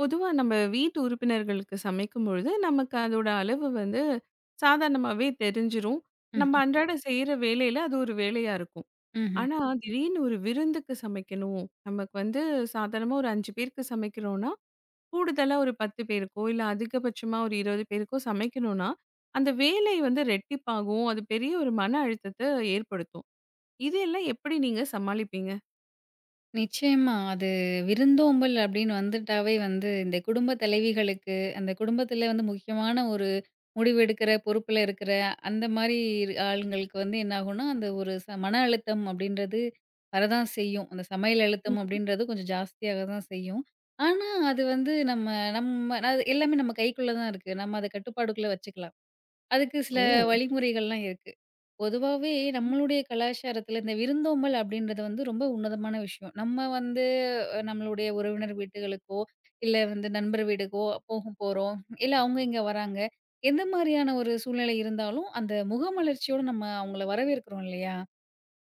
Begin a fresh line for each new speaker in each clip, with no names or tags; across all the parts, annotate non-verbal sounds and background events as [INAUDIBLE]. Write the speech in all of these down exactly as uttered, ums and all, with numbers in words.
பொதுவா நம்ம வீட்டு உறுப்பினர்களுக்கு சமைக்கும் பொழுது, நமக்கு அதோட அளவு வந்து சாதாரணமாவே தெரிஞ்சிரும். நம்ம
ம்ஹ்ம்.
ம். அன்றாட செய்ற வேலையில அது ஒரு வேலையா இருக்கும்.
ம்ஹ்ம்.
ஆனா, திடீர்னு ஒரு விருந்துக்கு சமைக்கணும். நமக்கு வந்து சாதாரணமா ஒரு ஐந்து பேருக்கு சமைக்கிறோம்னா, கூடுதலா ஒரு பத்து பேருக்கோ, இல்ல அதிகபட்சமா ஒரு இருபது பேருக்கோ சமைக்கணும்னா, அந்த வேலை வந்து ரெட்டிப்பாகும். அது பெரிய ஒரு மன அழுத்தத்த ஏற்படுத்தும். இதையெல்லாம் எப்படி நீங்க சமாளிப்பீங்க?
நிச்சயமா. அது விருந்தோம்பல் அப்படின்னு வந்துட்டாவே வந்து இந்த குடும்ப தலைவிகளுக்கு, அந்த குடும்பத்தில வந்து முக்கியமான ஒரு முடிவு எடுக்கிற பொறுப்புல இருக்கிற அந்த மாரி இரு ஆளுங்களுக்கு வந்து என்ன ஆகும்னா, அந்த ஒரு ச மன அழுத்தம் அப்படின்றது வரதான் செய்யும். அந்த சமையல் அழுத்தம்
ம்.
அப்படின்றது கொஞ்சம் ஜாஸ்தியாக தான் செய்யும். ஆனா, அது வந்து நம்ம நம்ம அது எல்லாமே நம்ம கைக்குள்ள தான் இருக்கு. நம்ம அத கட்டுப்பாடுக்குள்ள வச்சுக்கலாம். அதுக்கு சில
ஓ!
வழிமுறைகள்லாம் இருக்கு. பொதுவாவே
ம்.
நம்மளுடைய கலாச்சாரத்துல இந்த விருந்தோம்பல் அப்படின்றது வந்து ரொம்ப உன்னதமான விஷயம். நம்ம வந்து அ நம்மளுடைய உறவினர் வீட்டுகளுக்கோ, இல்ல வந்து நண்பர் வீடுக்கோ போக போறோம். இல்ல அவங்க இங்க வராங்க. எந்த மாரியான ஒரு சூழ்நிலை இருந்தாலும், அந்த முகமலர்ச்சியோட நம்ம அவங்கள வரவேற்கிறோம் இல்லையா?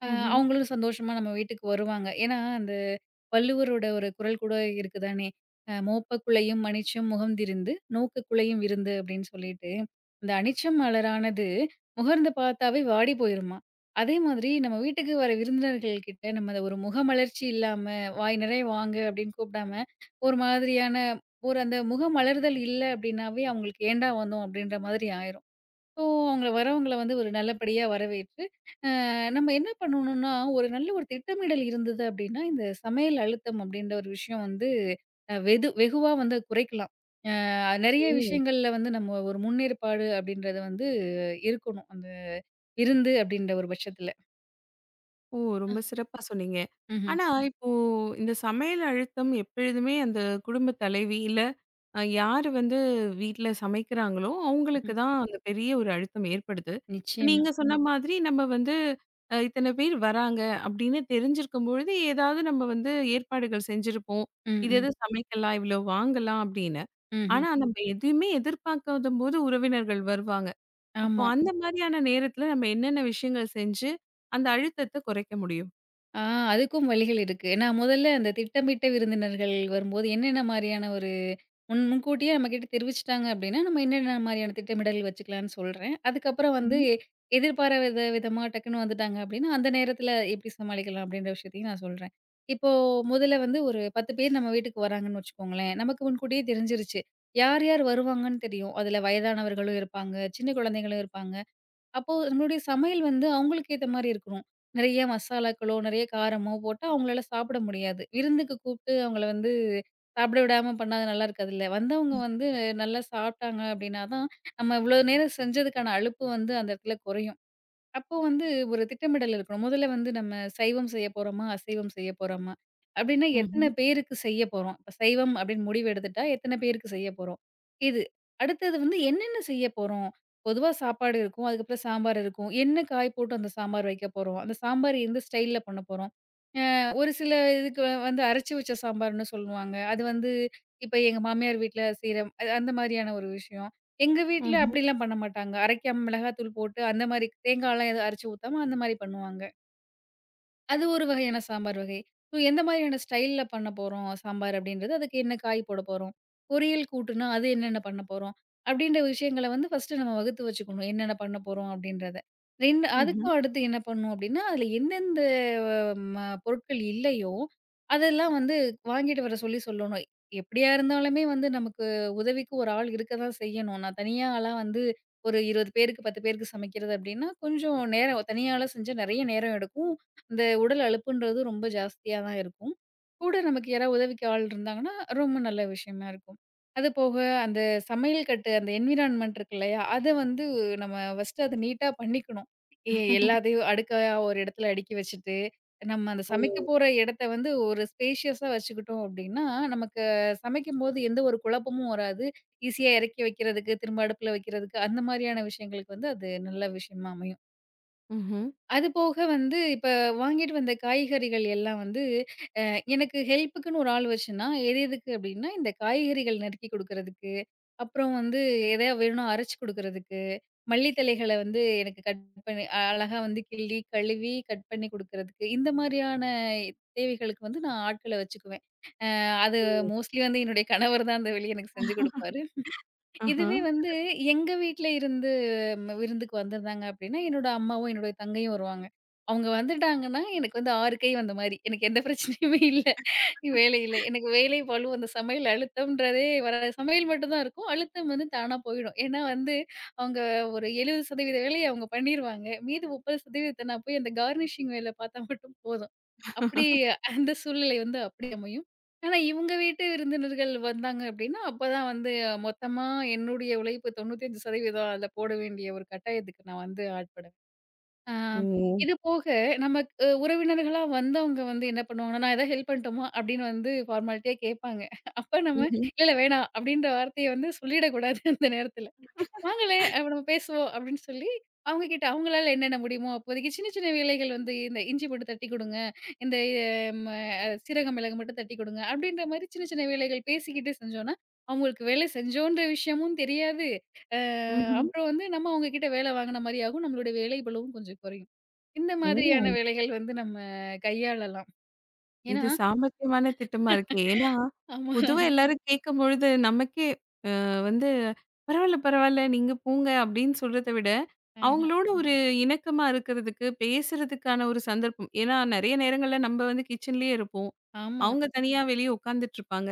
அ
ம்ஹ்ம்.
அவங்களும் சந்தோஷமா நம்ம வீட்டுக்கு வருவாங்க. ஏன்னா அந்த வள்ளுவரோட ஒரு குறள் கூட இருக்கு தானே! அ "மோப்பக்குள்ளையும் மனிச்சம் முகந்திருந்து நோக்கக்குள்ளையும் விருந்து" அப்படின்னு சொல்லிட்டு, இந்த அனிச்சம் மலரானது முகர்ந்து பார்த்தாவே வாடி போயிருமாம். அதே மாதிரி நம்ம வீட்டுக்கு வர விருந்தினர்கள் கிட்ட நம்ம அத ஒரு முகமலர்ச்சி இல்லாம, "வாய் நிறைய வாங்க" அப்படின்னு கூப்பிடாம, ஒரு மாதிரியான ஒரு அந்த முகமலர்தல் இல்ல அப்படின்னாவே, அவங்களுக்கு "ஏன்டா வந்தோம்?" அப்படின்ற மாதிரி ஆயிரும். ஸோ அவங்கள வரவங்கள வந்து ஒரு நல்லபடியா வரவேற்று, அ நம்ம என்ன பண்ணணும்னா, ஒரு நல்ல ஒரு திட்டமிடல் இருந்தது அப்படின்னா, இந்த சமையல் அழுத்தம் அப்படின்ற ஒரு விஷயம் வந்து அ வெது வெகுவா வந்து குறைக்கலாம். அ நெறைய விஷயங்கள்ல வந்து நம்ம ஒரு முன்னேற்பாடு அப்படின்றது வந்து இருக்கணும். அந்த விருந்து அப்படின்ற ஒரு பட்சத்துல.
ஓ!
அ.
ரொம்ப சிறப்பா சொன்னீங்க.
ம்ஹ்ம்.
ஆனா, இப்போ இந்த சமையல் அழுத்தம் எப்பொழுதுமே அந்த குடும்ப தலைவி, இல்ல அ யாரு வந்து வீட்ல சமைக்கிறாங்களோ, அவங்களுக்கு
ம்ஹ்ம்.
தான் அந்த பெரிய ஒரு அழுத்தம் ஏற்படுது.
நிச்சயமா.
நீங்க சொன்ன ம். மாதிரி நம்ம வந்து அ இத்தன பேர் வராங்க அப்படின்னு தெரிஞ்சிருக்கும் பொழுது, ஏதாவது நம்ம வந்து ஏற்பாடுகள் செஞ்சிருப்போம்.
ம்,
இது
ம்,
எது சமைக்கலாம், இவ்வளோ வாங்கலாம் அப்படின்னு.
ம்ஹ்ம்.
ஆனா, நம்ம எதையுமே எதிர்பார்க்காதபோது உறவினர்கள் வருவாங்க. அப்போ
ஆமா.
அந்த மாதிரியான நேரத்துல நம்ம என்னென்ன விஷயங்கள் செஞ்சு அந்த அழுத்தத்த குறைக்க முடியும்?
ஆ அதுக்கும் வழிகள் இருக்கு. ஏன்னா முதல்ல அந்த திட்டமிட்ட விருந்தினர்கள் வரும்போது என்னென்ன மாரியான ஒரு முன் முன்கூட்டியே நம்மகிட்ட தெரிவிச்சுட்டாங்க அப்டின்னா, நம்ம என்னென்ன மாரியான திட்டமிடல் வச்சுக்கலான்னு சொல்றேன். அதுக்கப்புறம் வந்து
Mhm.
எ- எதிர்பாராத விதமா டக்குன்னு வந்துட்டாங்க அப்டின்னா, அந்த நேரத்தில எப்டி சமாளிக்கலாம் அப்டின்ற விஷயத்தையும் நான் சொல்றேன். இப்போ முதல்ல வந்து ஒரு பத்து பேர் நம்ம வீட்டுக்கு வராங்கன்னு வச்சுக்கோங்களேன். நமக்கு முன்கூட்டியே தெரிஞ்சிருச்சு. யார் யார் வருவாங்கன்னு தெரியும். அதுல வயதானவர்களும் இருப்பாங்க, சின்ன குழந்தைகளும் இருப்பாங்க. அப்போ நம்மளுடைய சமையல் வந்து அவங்களுக்கு ஏத்த மாரி இருக்கணும். நெறைய மசாலாக்களோ, நெறைய காரமோ போட்டா அவங்களால சாப்பிட முடியாது. விருந்துக்கு கூப்பிட்டு அவங்கள வந்து சாப்பிட விடாம பண்ணா அது நல்லா இருக்காதுல்ல. வந்தவங்க வந்து நல்லா சாப்பிட்டாங்க அப்படின்னா தான், நம்ம இவ்வளோ நேரம் செஞ்சதுக்கான அலுப்பு வந்து அந்த இடத்துல குறையும். அப்போ வந்து ஒரு திட்டமிடல் இருக்கணும். முதல்ல வந்து நம்ம சைவம் செய்ய போறோமா? அசைவம் செய்ய போறோமா? அப்டின்னா எத்தன
Mhm.
பேருக்கு செய்ய போறோம்? இப்ப சைவம் அப்டின்னு முடிவு எடுத்துட்டா, எத்தன பேருக்கு செய்ய போறோம்? இது. அடுத்தது வந்து என்னென்ன செய்ய போறோம்? பொதுவா சாப்பாடு இருக்கும். அதுக்கப்புறம் சாம்பார் இருக்கும். என்ன காய் போட்டு அந்த சாம்பார் வைக்க போறோம்? அந்த சாம்பார் எந்த ஸ்டைல்ல பண்ண போறோம்? அ ஒரு சில இதுக்கு வ- வந்து அரைச்சு வச்ச சாம்பார்ன்னு சொல்லுவாங்க. அது வந்து இப்ப எங்க மாமியார் வீட்ல செய்ற அ அந்த மாரியான ஒரு விஷயம். எங்க வீட்ல
Mhm.
அப்படிலாம் பண்ண மாட்டாங்க. அரைக்காம மிளகாத்தூள் போட்டு அந்த மாரி தேங்காய்லாம் எதுவும் அரைச்சு ஊத்தாம அந்த மாரி பண்ணுவாங்க. அது ஒரு வகையான சாம்பார் வகை. ஸோ எந்த மாதிரியான ஸ்டைல்ல பண்ண போறோம் சாம்பார் அப்படின்றது, அதுக்கு என்ன காய் போட போறோம்? பொரியல் கூட்டுனா அது என்னென்ன பண்ண போறோம்? அப்படின்ற விஷயங்கள வந்து ஃபர்ஸ்ட்டு நம்ம வகுத்து வச்சுக்கணும். என்னென்ன பண்ண போறோம் அப்படின்றத. ரெண்டு
Mhm.
அதுக்கும் அடுத்து என்ன பண்ணணும் அப்படின்னா, அதில எந்தெந்த ம பொருட்கள் இல்லையோ, அதெல்லாம் வந்து வாங்கிட்டு வர சொல்லி சொல்லணும். எப்படியா இருந்தாலுமே வந்து நமக்கு உதவிக்கு ஒரு ஆள் இருக்க தான் செய்யணும். நான் தனியாலாம் வந்து ஒரு இருபது பேருக்கு, பத்து பேருக்கு சமைக்கிறது அப்படின்னா, கொஞ்சம் நேரம் தனியாலாம் செஞ்சா நெறைய நேரம் எடுக்கும். இந்த உடல் அலுப்புன்றது ரொம்ப ஜாஸ்தியா தான் இருக்கும். கூட நமக்கு யாராவது உதவிக்கு ஆள் இருந்தாங்கன்னா, ரொம்ப நல்ல விஷயமா இருக்கும். அது போக அந்த சமையல் கட்டு அந்த என்விரான்மென்ட் இருக்கு இல்லையா? அத வந்து நம்ம ஃபர்ஸ்ட்டு அத நீட்டா பண்ணிக்கணும். எ
[LAUGHS]
எல்லாத்தையும் அடுக்கா ஒரு இடத்துல அடுக்கி வச்சுட்டு, நம்ம அந்த
ஓ!
சமைக்க போற இடத்த வந்து ஒரு ஸ்பேஷியஸா வச்சுக்கிட்டோம் அப்டின்னா, நமக்கு சமைக்கும்போது எந்த ஒரு குழப்பமும் வராது. ஈஸியா இறக்கி வைக்கிறதுக்கு, திரும்ப அடுப்புல வைக்கிறதுக்கு அந்த மாரியான விஷயங்களுக்கு வந்து அது நல்ல விஷயமா அமையும்.
Mhm.
அது போக வந்து இப்ப வாங்கிட்டு வந்த காய்கறிகள் எல்லாம் வந்து அ எனக்கு ஹெல்ப்புக்குன்னு ஒரு ஆள் வச்சேன்னா, எது எதுக்கு அப்டின்னா, இந்த காய்கறிகள் நறுக்கி குடுக்குறதுக்கு, அப்புறம் வந்து எதையா வேணும்னா அரைச்சு குடுக்குறதுக்கு, மல்லி தழைகள வந்து எனக்கு கட் பண்ணி அ அழகா வந்து கிள்ளி, கழுவி, கட் பண்ணி குடுக்குறதுக்கு, இந்த மாரியான தேவைகளுக்கு வந்து நான் ஆட்கள வச்சுக்குவேன். அ அது மோஸ்ட்லி வந்து என்னுடைய கணவர் தான் அந்த வேலைய எனக்கு செஞ்சு குடுப்பாரு.
ஆஹா.
இதுவே வந்து எங்க வீட்ல இருந்து ம், விருந்துக்கு வந்திருந்தாங்க அப்படின்னா, என்னோட அம்மாவும், என்னோட தங்கையும் வருவாங்க. அவங்க வந்துட்டாங்கன்னா, எனக்கு வந்து ஆறு கை வந்த மாரி. எனக்கு எந்த பிரச்சனையுமே இல்ல. வேலையில. எனக்கு வேலை பளு அந்த சமையல் அழுத்தம்ன்றதே வராது. சமையல் மட்டும் தான் இருக்கும். அழுத்தம் வந்து தானா போயிடும். ஏன்னா வந்து, அவங்க ஒரு எழுபது சதவீதம் வேலைய அவங்க பண்ணிருவாங்க. மீதி முப்பது சதவீதம் நான் போய் அந்த கார்னிஷிங் வேல பார்த்தா மட்டும் போதும். அப்படி அந்த சூழ்நிலை வந்து அப்படி அமையும். ஆனா, இவுங்க வீட்டு விருந்தினர்கள் வந்தாங்க அப்டின்னா, அப்பதான் வந்து மொத்தமா என்னுடைய உழைப்பு தொண்ணூற்றி ஐந்து சதவீதம் அதுல போட வேண்டிய ஒரு கட்டாயத்துக்கு நான் வந்து ஆட்படுவேன். ஆ
ஓ!
இது போக நமக்கு உறவினர்களா வந்தவங்க வந்து என்ன பண்ணுவாங்கன்னா, "நான் ஏதாவது ஹெல்ப் பண்ணட்டுமா?" அப்டின்னு வந்து ஃபார்மாலிட்டியா கேட்பாங்க. அப்ப நம்ம,
ம்ஹ்ம்.
"இல்ல, இல்ல வேணாம்" அப்டின்ற வார்த்தைய வந்து சொல்லிடக்கூடாது அந்த நேரத்துல. வாங்களேன் அப்ப நம்ம பேசுவோம் அப்படின்னு சொல்லி, அவங்க கிட்ட அவங்களால என்னென்ன முடியுமோ அப்போதைக்கு சின்ன சின்ன வேலைகள் வந்து இந்த இஞ்சி போட்டு தட்டிக் குடுங்க. இந்த ம சீரகம், மிளகு மட்டும் தட்டிக் குடுங்க. அப்படின்ற மாரி சின்ன சின்ன வேலைகள் பேசிக்கிட்டு செஞ்சோம்னா, அவங்களுக்கு வேலை செஞ்சோன்ற விஷயமும் தெரியாது. அ
ம்ஹ்ம்.
அப்புறம் வந்து நம்ம அவங்க கிட்ட வேலை வாங்குன மாரி ஆகும். நம்மளுடைய வேலை பளுவும் கொஞ்சம் குறையும். இந்த
ஓ!
மாதிரியான வேலைகள் வந்து நம்ம கையாளலாம். ஏன்னா
இது சாமர்த்தியமான திட்டமா இருக்கே! ஏன்னா,
ஆமா.
பொதுவா எல்லாரும் கேட்கும்பொழுது நமக்கே வந்து பரவால்ல, பரவால்ல. நீங்க போங்க அப்படின்னு சொல்றத விட,
ஆஹ.
அவங்களோட ஒரு இணக்கமா இருக்கிறதுக்கு, பேசுறதுக்கான ஒரு சந்தர்ப்பம். ஏன்னா நெறைய நேரங்கள்ல நம்ம வந்து கிச்சன்லயே இருப்போம்.
ஆமா.
அவங்க தனியா வெளிய உட்காந்துட்டுருப்பாங்க.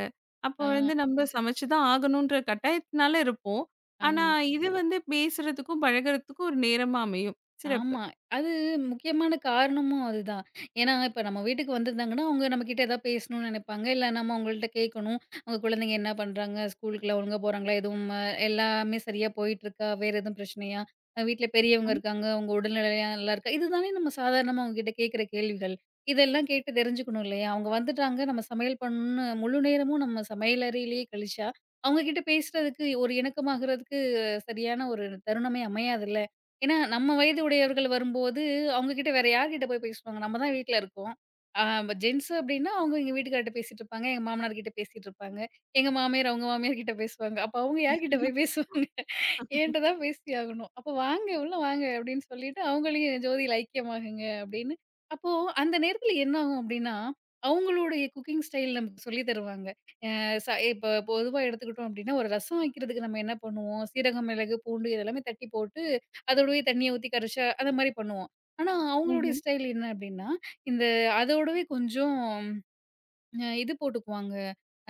அப்போ
ஆ,
வந்து நம்ம சமைச்சு தான் ஆகணுன்ற கட்டாயத்தினால இருப்போம். ஆனா
ஆ.
இது வந்து பேசுறதுக்கும், பழகுறதுக்கும் ஒரு நேரமா அமையும். சிறப்பு.
ஆமா. அது முக்கியமான காரணமும் அதுதான். ஏன்னா, இப்ப நம்ம வீட்டுக்கு வந்திருந்தாங்கன்னா, அவங்க நம்மகிட்ட ஏதாவது பேசணும்னு நெனைப்பாங்க. இல்ல நம்ம அவங்கள்ட்ட கேட்கணும். அவங்க குழந்தைங்க என்ன பண்றாங்க? ஸ்கூலுக்குலாம் ஒழுங்கா போறாங்களா? எதுவும் அஹ், எல்லாமே சரியா போயிட்டுருக்கா? வேற எதுவும் பிரச்சனையா? அஹ், வீட்ல பெரியவங்க இருக்காங்க. அவங்க உடல்நிலையா நல்லா இருக்கா? இதுதானே நம்ம சாதாரணமா அவங்ககிட்ட கேட்கிற கேள்விகள். இதெல்லாம் கேட்டு தெரிஞ்சுக்கணும் இல்லையா? அவங்க வந்துட்டாங்க, நம்ம சமையல் பண்ணணும்னு முழு நேரமும் நம்ம சமையல் அறையிலேயே கழிச்சா, அவங்க கிட்ட பேசுறதுக்கு, ஒரு இணக்கமாகறதுக்கு சரியான ஒரு தருணமே அமையாதுல்ல. ஏன்னா, நம்ம வயது உடையவர்கள் வரும்போது, அவங்க கிட்ட வேற யார்கிட்ட போய் பேசுவாங்க? நம்ம தான் வீட்ல இருக்கோம். ஆ ஜென்ட்ஸ் அப்டின்னா, அவங்க எங்க வீட்டுக்கார்ட்ட பேசிட்டு இருப்பாங்க. எங்க மாமனார் கிட்ட பேசிட்டு இருப்பாங்க. எங்க மாமியார் அவங்க மாமியார் கிட்ட பேசுவாங்க. அப்ப அவங்க யார்கிட்ட போய் பேசுவாங்க? என்ட்ட தான் பேசி ஆகணும். அப்ப "வாங்க, உள்ள வாங்க" அப்டின்னு சொல்லிட்டு அவங்களையும் "ஜோதியில ஐக்கியமாகுங்க" அப்டின்னு. அப்போ அந்த நேரத்துல என்ன ஆகும் அப்டின்னா, அவங்களுடைய குக்கிங் ஸ்டைல் நமக்கு சொல்லி தருவாங்க. அ ச இப்போ பொதுவா எடுத்துக்கிட்டோம் அப்படின்னா, ஒரு ரசம் வைக்கிறதுக்கு நம்ம என்ன பண்ணுவோம்? சீரகம், மிளகு, பூண்டு இது எல்லாமே தட்டி போட்டு, அதோடவே தண்ணிய ஊத்தி கரைச்சா அந்த மாரி பண்ணுவோம். ஆனா, அவங்களுடைய
ம்ஹ்ம்.
ஸ்டைல் என்ன அப்படின்னா, இந்த அதோடவே கொஞ்சம் அ இது போட்டுக்குவாங்க.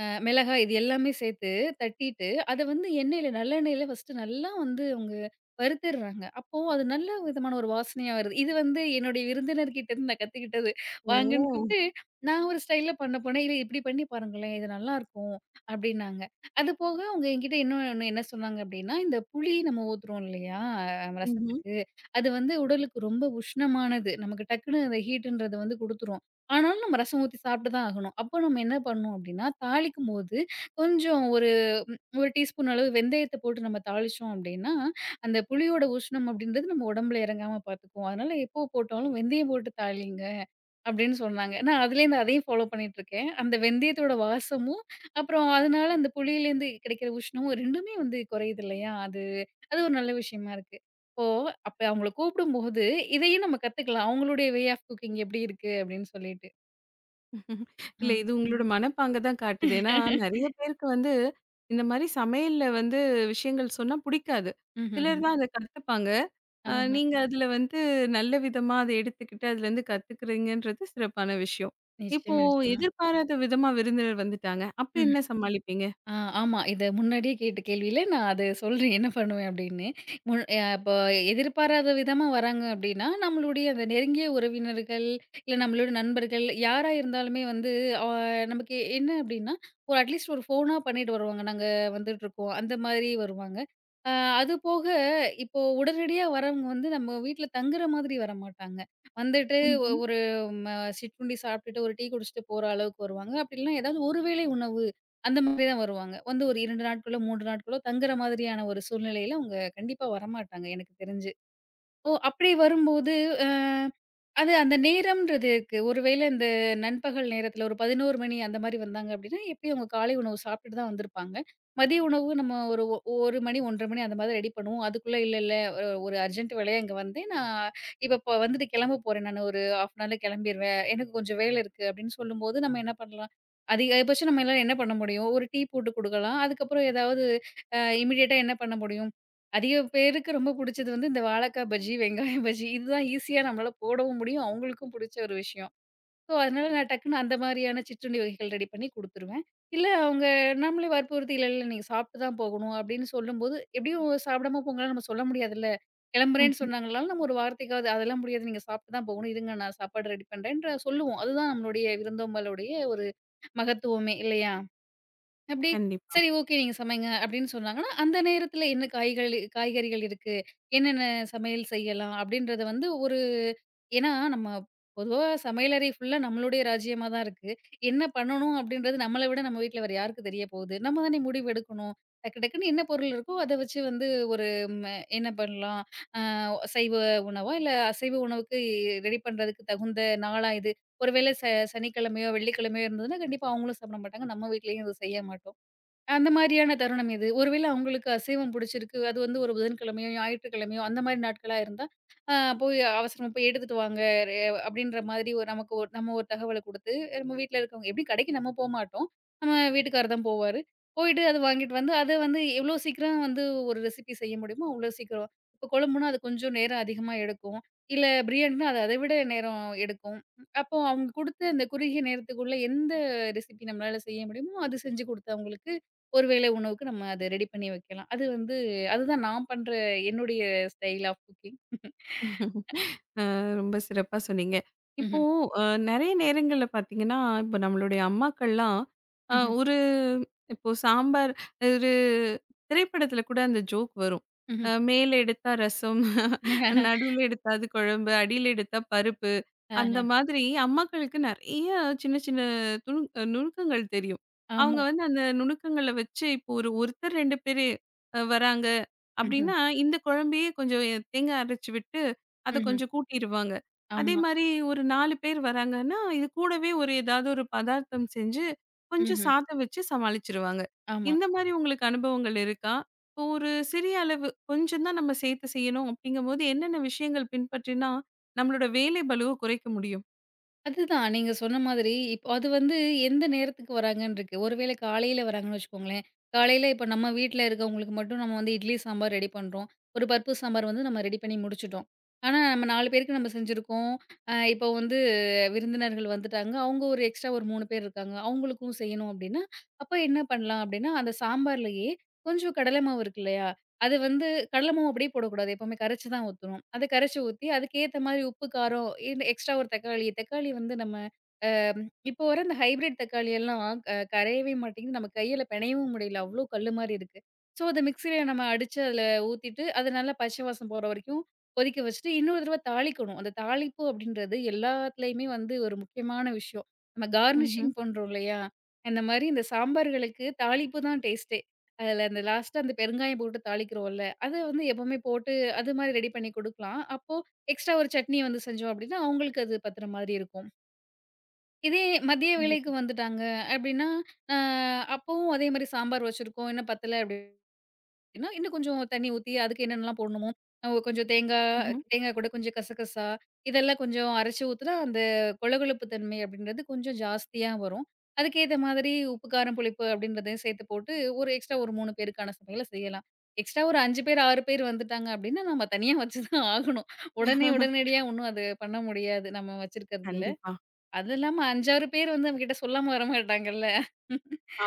அ மிளகாய் இது எல்லாமே சேர்த்து தட்டிட்டு, அத வந்து எண்ணெயில நல்லெண்ணெயில ஃபர்ஸ்ட்டு நல்லா வந்து அவங்க வறுத்துர்றாங்க. அப்போ அது நல்ல விதமான ஒரு வாசனையா வருது. இது வந்து என்னுடைய விருந்தினர்கிட்ட இருந்து நான் கத்துக்கிட்டது. வாங்கன்னு
ஓ!
கூப்ட்டு நான் ஒரு ஸ்டைல்ல பண்ண போனேன். "இல்ல இப்படி பண்ணி பாருங்களேன், இது நல்லாருக்கும்" அப்படின்னாங்க. அது போக அவங்க என்கிட்ட இன்னொன்னு என்ன சொன்னாங்க அப்படின்னா, இந்த புளி நம்ம ஊத்துறோம் இல்லையா அஹ்
ம்ஹ்ம்.
ரசத்துக்கு, அது வந்து உடலுக்கு ரொம்ப உஷ்ணமானது. நமக்கு டக்குனு அந்த ஹீட்டுன்றது வந்து குடுத்துரும். ஆனாலும் நம்ம ரசம் ஊத்தி சாப்பிட்டு தான் ஆகணும். அப்போ நம்ம என்ன பண்ணணும் அப்டின்னா, தாளிக்கும்போது கொஞ்சம் ஒரு 1 டீஸ்பூன் அளவு வெந்தயத்த போட்டு நம்ம தாளிச்சோம் அப்டின்னா, அந்த புளியோட உஷ்ணம் அப்டின்றது நம்ம உடம்புல இறங்காம பார்த்துக்கும். அதனால எப்போ போட்டாலும் வெந்தயம் போட்டு தாளிங்க அப்டின்னு சொன்னாங்க. நான் அதுலேருந்து அதையும் ஃபாலோ பண்ணிட்டுருக்கேன். அந்த வெந்தயத்தோட வாசமும், அப்புறம் அதனால அந்த புளியிலேருந்து கிடைக்கிற உஷ்ணமும் 2மே வந்து குறையுது இல்லையா? அது அது ஒரு நல்ல விஷயமா இருக்கு. இப்போ அப்ப அவங்கள கூப்பிடும்போது, இதையும் நம்ம கத்துக்கலாம். அவங்களுடைய வே ஆஃப் குக்கிங் எப்டி இருக்கு அப்டின்னு சொல்லிட்டு.
ம்ஹ்ம். இல்ல இது உங்களோட மனப்பாங்க தான் காட்டுது. ஏன்னா, நெறைய பேருக்கு வந்து இந்த மாரி சமையல்ல வந்து விஷயங்கள் சொன்னா புடிக்காது.
ம்ஹ்ஹ்ம்.
சிலர் தான் அத கத்துப்பாங்க. அ
ஆஹ.
நீங்க அதுல வந்து நல்ல விதமா அத எடுத்துக்கிட்டு அதுலருந்து கத்துக்கிறீங்கன்றது சிறப்பான விஷயம். இப்போ
நிச்சயமா, நிச்சயமா.
எதிர்பாராத விதமா விருந்தினர் வந்துட்டாங்க. அப்ப
ம்ஹ்ம்.
என்ன சமாளிப்பீங்க?
ஆ ஆமா. இத முன்னாடியே கேட்ட கேள்வியில நான் அத சொல்றேன் என்ன பண்ணுவேன் அப்படின்னு. முன் அ இப்போ எதிர்பாராத விதமா வராங்க அப்படின்னா, நம்மளுடைய அந்த நெருங்கிய உறவினர்கள், இல்ல நம்மளோட நண்பர்கள் யாரா இருந்தாலுமே வந்து அ நமக்கு என்ன அப்படின்னா, ஒரு அட்லீஸ்ட் ஒரு ஃபோனா பண்ணிட்டு வருவாங்க. நாங்க வந்துட்டுருக்கோம். அந்த மாதிரி வருவாங்க. அ அது போக இப்போ உடனடியா வரவங்க வந்து நம்ம வீட்ல தங்குற மாதிரி வரமாட்டாங்க. வந்துட்டு ஒ
ம்ஹ்ம்.
ஒரு ம சிற்றுண்டி சாப்பிட்டுட்டு, ஒரு டீ குடிச்சுட்டு போற அளவுக்கு வருவாங்க. அப்படி இல்லனா ஏதாவது ஒரு வேளை உணவு அந்த மாதிரி தான் வருவாங்க. வந்து ஒரு ரெண்டு நாட்களோ, மூணு நாட்களோ தங்குற மாதிரியான ஒரு சூழ்நிலையில அவங்க கண்டிப்பா வரமாட்டாங்க எனக்கு தெரிஞ்சு. ஓ! அப்படி வரும்போது அ அது அந்த நேரம்ன்றது இருக்கு. ஒருவேளை இந்த நண்பகல் நேரத்துல ஒரு பதினொரு மணி அந்த மாரி வந்தாங்க அப்படின்னா, எப்படியும் அவங்க காலை உணவு சாப்பிட்டுட்டு தான் வந்திருப்பாங்க. மதிய உணவு நம்ம ஒரு ஒ ஒரு மணி ஒன்றரை மணி அந்த மாதிரி ரெடி பண்ணுவோம். அதுக்குள்ள இல்ல இல்ல அ ஒரு அர்ஜென்ட் வேலையா இங்க வந்தேன். நான் இப்ப ப வந்துட்டு கிளம்ப போறேன். நான் ஒரு அரை அன் ஹார்ல கிளம்பிருவேன். எனக்கு கொஞ்சம் வேலை இருக்கு அப்படின்னு சொல்லும்போது நம்ம என்ன பண்ணலாம்? அதிகபட்சம் நம்ம எல்லாரும் என்ன பண்ண முடியும்? ஒரு டீ போட்டு குடுக்கலாம். அதுக்கப்புறம் ஏதாவது அ இமிடியேட்டா என்ன பண்ண முடியும்? அதிக பேருக்கு ரொம்ப புடிச்சது வந்து இந்த வாழைக்காய் பஜ்ஜி, வெங்காய பஜ்ஜி இதுதான் ஈஸியா நம்மளால போடவும் முடியும். அவங்களுக்கும் புடிச்ச ஒரு விஷயம். ஸோ, அதனால நான் டக்குன்னு அந்த மாரியான சிற்றுண்டி வகைகள் ரெடி பண்ணி குடுத்துருவேன். இல்ல அவங்க நம்மளே வற்புறுத்தி இல்ல, இல்ல நீங்க சாப்பிட்டு தான் போகணும் அப்படின்னு சொல்லும்போது, எப்படியும் சாப்பிடாம போங்கன்னு நம்ம சொல்ல முடியாதுல்ல.
ம்.
கிளம்புறேன்னு சொன்னாங்கனாலும் நம்ம ஒரு வார்த்தைக்காவது அதெல்லாம் முடியாது நீங்க சாப்பிட்டு தான் போகணும். இருங்க நான் சாப்பாடு ரெடி பண்றேன்ற சொல்லுவோம். அதுதான் நம்மளுடைய விருந்தோம்பலுடைய ஒரு மகத்துவமே இல்லையா? அப்படி,
கண்டிப்பா.
"சரி ஓகே நீங்க சமைங்க" அப்படின்னு சொன்னாங்கன்னா, அந்த நேரத்தில என்ன காய்கள் காய்கறிகள் இருக்கு? என்னென்ன சமையல் செய்யலாம்? அப்படின்றத வந்து ஒரு ஏன்னா நம்ம பொதுவா சமையலறை ஃபுல்லா நம்மளுடைய ராஜ்யமா தான் இருக்கு. என்ன பண்ணணும் அப்படின்றது நம்மள விட நம்ம வீட்ல வேற யாருக்கு தெரிய போகுது? நம்ம தானே முடிவு எடுக்கணும். டக்கு டக்குன்னு என்ன பொருள் இருக்கோ அத வச்சு வந்து ஒரு ம என்ன பண்ணலாம்? அ சைவ உணவா, இல்ல அசைவ உணவுக்கு ரெடி பண்றதுக்கு தகுந்த நாளா இது? ஒருவேளை ச சனிக்கிழமையோ, வெள்ளிக்கிழமையோ இருந்ததுன்னா, கண்டிப்பா அவங்களும் சாப்பிட மாட்டாங்க. நம்ம வீட்லயும் எதுவும் செய்ய மாட்டோம். அந்த மாரியான தருணம் இது. ஒருவேள அவங்களுக்கு அசைவம் புடிச்சிருக்கு. அது வந்து ஒரு புதன்கிழமையோ, ஞாயிற்றுக்கிழமையோ அந்த மாரி நாட்களா இருந்தா, அ போய் அவசரமா போய் எடுத்துட்டு வாங்க ரெ அப்படின்ற மாதிரி ஒரு நமக்கு ஒரு நம்ம ஒரு தகவல குடுத்து, நம்ம வீட்ல இருக்கவங்க எப்படியும் கடைக்கு நம்ம போமாட்டோம். நம்ம வீட்டுக்காரர் தான் போவாரு. போயிட்டு அத வாங்கிட்டு வந்து, அத வந்து எவ்வளோ சீக்கிரம் வந்து ஒரு ரெசிபி செய்ய முடியுமோ, அவ்வளோ சீக்கிரம். இப்போ குழம்புனா அது கொஞ்சம் நேரம் அதிகமா எடுக்கும். இல்ல பிரியாணினா அது அதை விட நேரம் எடுக்கும். அப்போ அவங்க குடுத்த அந்த குறுகிய நேரத்துக்குள்ள எந்த ரெசிபி நம்மளால செய்ய முடியுமோ, அது செஞ்சு குடுத்து அவங்களுக்கு ஒரு வேளை உணவுக்கு நம்ம அத ரெடி பண்ணி வைக்கலாம். அது வந்து அதுதான் நான் பண்ற என்னுடைய ஸ்டைல் ஆஃப் குக்கிங்.
ரொம்ப சிறப்பா சொன்னீங்க. இப்போ
ம்ஹ்ம்.
அ நெறைய நேரங்கள்ல பார்த்தீங்கன்னா, இப்போ நம்மளுடைய அம்மாக்கள்லாம் அ
ம்ஹ்ம்.
ஒரு இப்போ சாம்பார் ஒரு திரைப்படத்துல கூட அந்த ஜோக் வரும்.
ம்ஹ்ம்.
அ மேல எடுத்தா ரசம்,
[LAUGHS]
நடுவுல எடுத்தா அது குழம்பு, அடியில எடுத்தா பருப்பு. அந்த
ஆஹ.
மாதிரி அம்மாக்களுக்கு நெறைய சின்ன சின்ன துணு அஹ், நுணுக்கங்கள் தெரியும். அவங்க
ஆமா.
வந்து அந்த நுணுக்கங்கள வச்சு இப்போ ஒரு ஒருத்தர் ரெண்டு பேரு அ வராங்க.
ம்ஹ்ம்.
அப்படின்னா, இந்த குழம்பையே கொஞ்சம் தேங்காய் அரைச்சு விட்டு அத
ம்ஹ்ம்.
கொஞ்சம் கூட்டிருவாங்க. அதே
ஆமா.
மாரி ஒரு நாலு பேர் வராங்கன்னா, இது கூடவே ஒரு ஏதாவது ஒரு பதார்த்தம் செஞ்சு, கொஞ்சம்
ம்ஹ்ம்.
சாதம் வச்சு சமாளிச்சுருவாங்க.
ஆமா.
இந்த மாரி உங்களுக்கு அனுபவங்கள் இருக்கா? இப்போ ஒரு சிறிய அளவு கொஞ்சம் தான் நம்ம சேர்த்து செய்யணும் அப்படிங்கும்போது, என்னென்ன விஷயங்கள் பின்பற்றினா, நம்மளோட வேலை பளுவ குறைக்க முடியும்?
அதுதான் நீங்க சொன்ன மாதிரி, இப்போ அது வந்து எந்த நேரத்துக்கு வராங்கன்னு இருக்கு. ஒருவேளை காலையில வராங்கன்னு வச்சுக்கோங்களேன். காலையில இப்போ நம்ம வீட்ல இருக்கவங்களுக்கு மட்டும் நம்ம வந்து இட்லி, சாம்பார் ரெடி பண்றோம். ஒரு பருப்பு சாம்பார் வந்து நம்ம ரெடி பண்ணி முடிச்சுட்டோம். ஆனா, நம்ம நாலு பேருக்கு நம்ம செஞ்சிருக்கோம். அ இப்போ வந்து விருந்தினர்கள் வந்துட்டாங்க. அவங்க ஒரு எக்ஸ்ட்ரா ஒரு மூணு பேர் இருக்காங்க. அவங்களுக்கும் செய்யணும் அப்டின்னா, அப்ப என்ன பண்ணலாம் அப்டின்னா, அந்த சாம்பார்லயே கொஞ்சம் கடலை மாவு இருக்கு இல்லையா? அது வந்து கடல மாவு அப்படியே போடக்கூடாது. எப்பவுமே கரைச்சு தான் ஊத்தணும். அத கரைச்சு ஊத்தி, அதுக்கு ஏத்த மாரி உப்பு, காரம், இது எக்ஸ்ட்ரா ஒரு தக்காளி, தக்காளி வந்து நம்ம இப்போ வர இந்த ஹைபிரிட் தக்காளி எல்லாம் க கரையவே மாட்டேங்குது. நம்ம கையில பெனையவும் முடியல. அவ்ளோ கல்லு மாரி இருக்கு. ஸோ, அத மிக்ஸியில நம்ம அடிச்சு அதில ஊத்திட்டு, அது நல்லா பச்சை வாசம் போற வரைக்கும் கொதிக்க வச்சுட்டு, இன்னொரு தடவ தாளிக்கணும். அந்த தாளிப்பு அப்படின்றது எல்லாத்துலயுமே வந்து ஒரு முக்கியமான விஷயம். நம்ம
ம்ஹ்ம்.
கார்னிஷிங் பண்றோம் இல்லையா? இந்த மாரி இந்த சாம்பார்களுக்கு தாளிப்பு தான் டேஸ்ட்டே. அதில அந்த லாஸ்ட்டா அந்த பெருங்காயம் போட்டு தாளிக்கிறோம்ல, அத வந்து எப்பவுமே போட்டு அது மாரி ரெடி பண்ணி குடுக்கலாம். அப்போ எக்ஸ்ட்ரா ஒரு சட்னி வந்து செஞ்சோம் அப்படின்னா, அவங்களுக்கு அது பத்துற மாதிரி இருக்கும். இதே மதிய வேளைக்கு
கண்டிப்பா.
வந்துட்டாங்க அப்டின்னா, அ அப்பவும் அதே மாரி சாம்பார் வச்சிருக்கோம். இன்னும் பத்தல அப்டின்னா, இன்னும் கொஞ்சம் தண்ணி ஊத்தி, அதுக்கு என்னென்னலாம் போடணுமோ, அ கொஞ்சம் தேங்கா
ம்ஹ்ம்.
தேங்கா கூட கொஞ்சம் கசகசா இதெல்லாம் கொஞ்சம் அரைச்சு ஊத்துனா, அந்த கொழகொழப்பு தன்மை அப்டின்றது கொஞ்சம் ஜாஸ்தியா வரும். அதுக்கேத்த மாதிரி உப்பு, காரம், புளிப்பு அப்டின்றதையும் சேர்த்து போட்டு, ஒரு எக்ஸ்ட்ரா ஒரு மூணு பேருக்கான சமையல செய்யலாம். எக்ஸ்ட்ரா ஒரு அஞ்சு பேர், ஆறு பேர் வந்துட்டாங்க அப்டின்னா, நம்ம தனியா வச்சு தான் ஆகணும். உடனே
[LAUGHS]
உடனடியா ஒண்ணும் அது பண்ண முடியாது. நம்ம வச்சிருக்கிறதுல.
கண்டிப்பா.
அது இல்லாம அஞ்சு, ஆறு பேர் வந்து நம்மகிட்ட சொல்லாம வரமாட்டாங்கல்ல.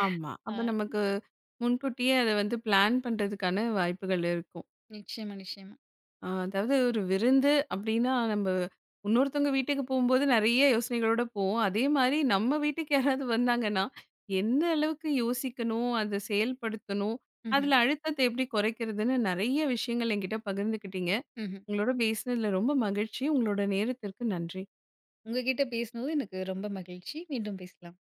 ஆமா.
ஆ
அப்ப நமக்கு முன்கூட்டியே அத வந்து பிளான் பண்றதுக்கான வாய்ப்புகள் இருக்கும்.
நிச்சயமா, நிச்சயமா.
ஆ, அதாவது ஒரு விருந்து அப்படின்னா நம்ம இன்னொருத்தவங்க வீட்டுக்கு போகும்போது நிறைய யோசனைகளோட போவோம். அதே மாரி நம்ம வீட்டுக்கு யாராவது வந்தாங்கன்னா, என்ன அளவுக்கு யோசிக்கணும், அத செயல்படுத்தணும்,
ம்ஹ்ம்,
அதுல அழுத்தத்தை எப்படி குறைக்கிறதுன்னு நெறைய விஷயங்கள் என்கிட்ட பகிர்ந்துக்கிட்டீங்க.
ம்ஹ்ம்.
உங்களோட பேசினதுல ரொம்ப மகிழ்ச்சி. உங்களோட நேரத்திற்கு நன்றி.
உங்ககிட்ட பேசினது எனக்கு ரொம்ப மகிழ்ச்சி. மீண்டும் பேசலாம்.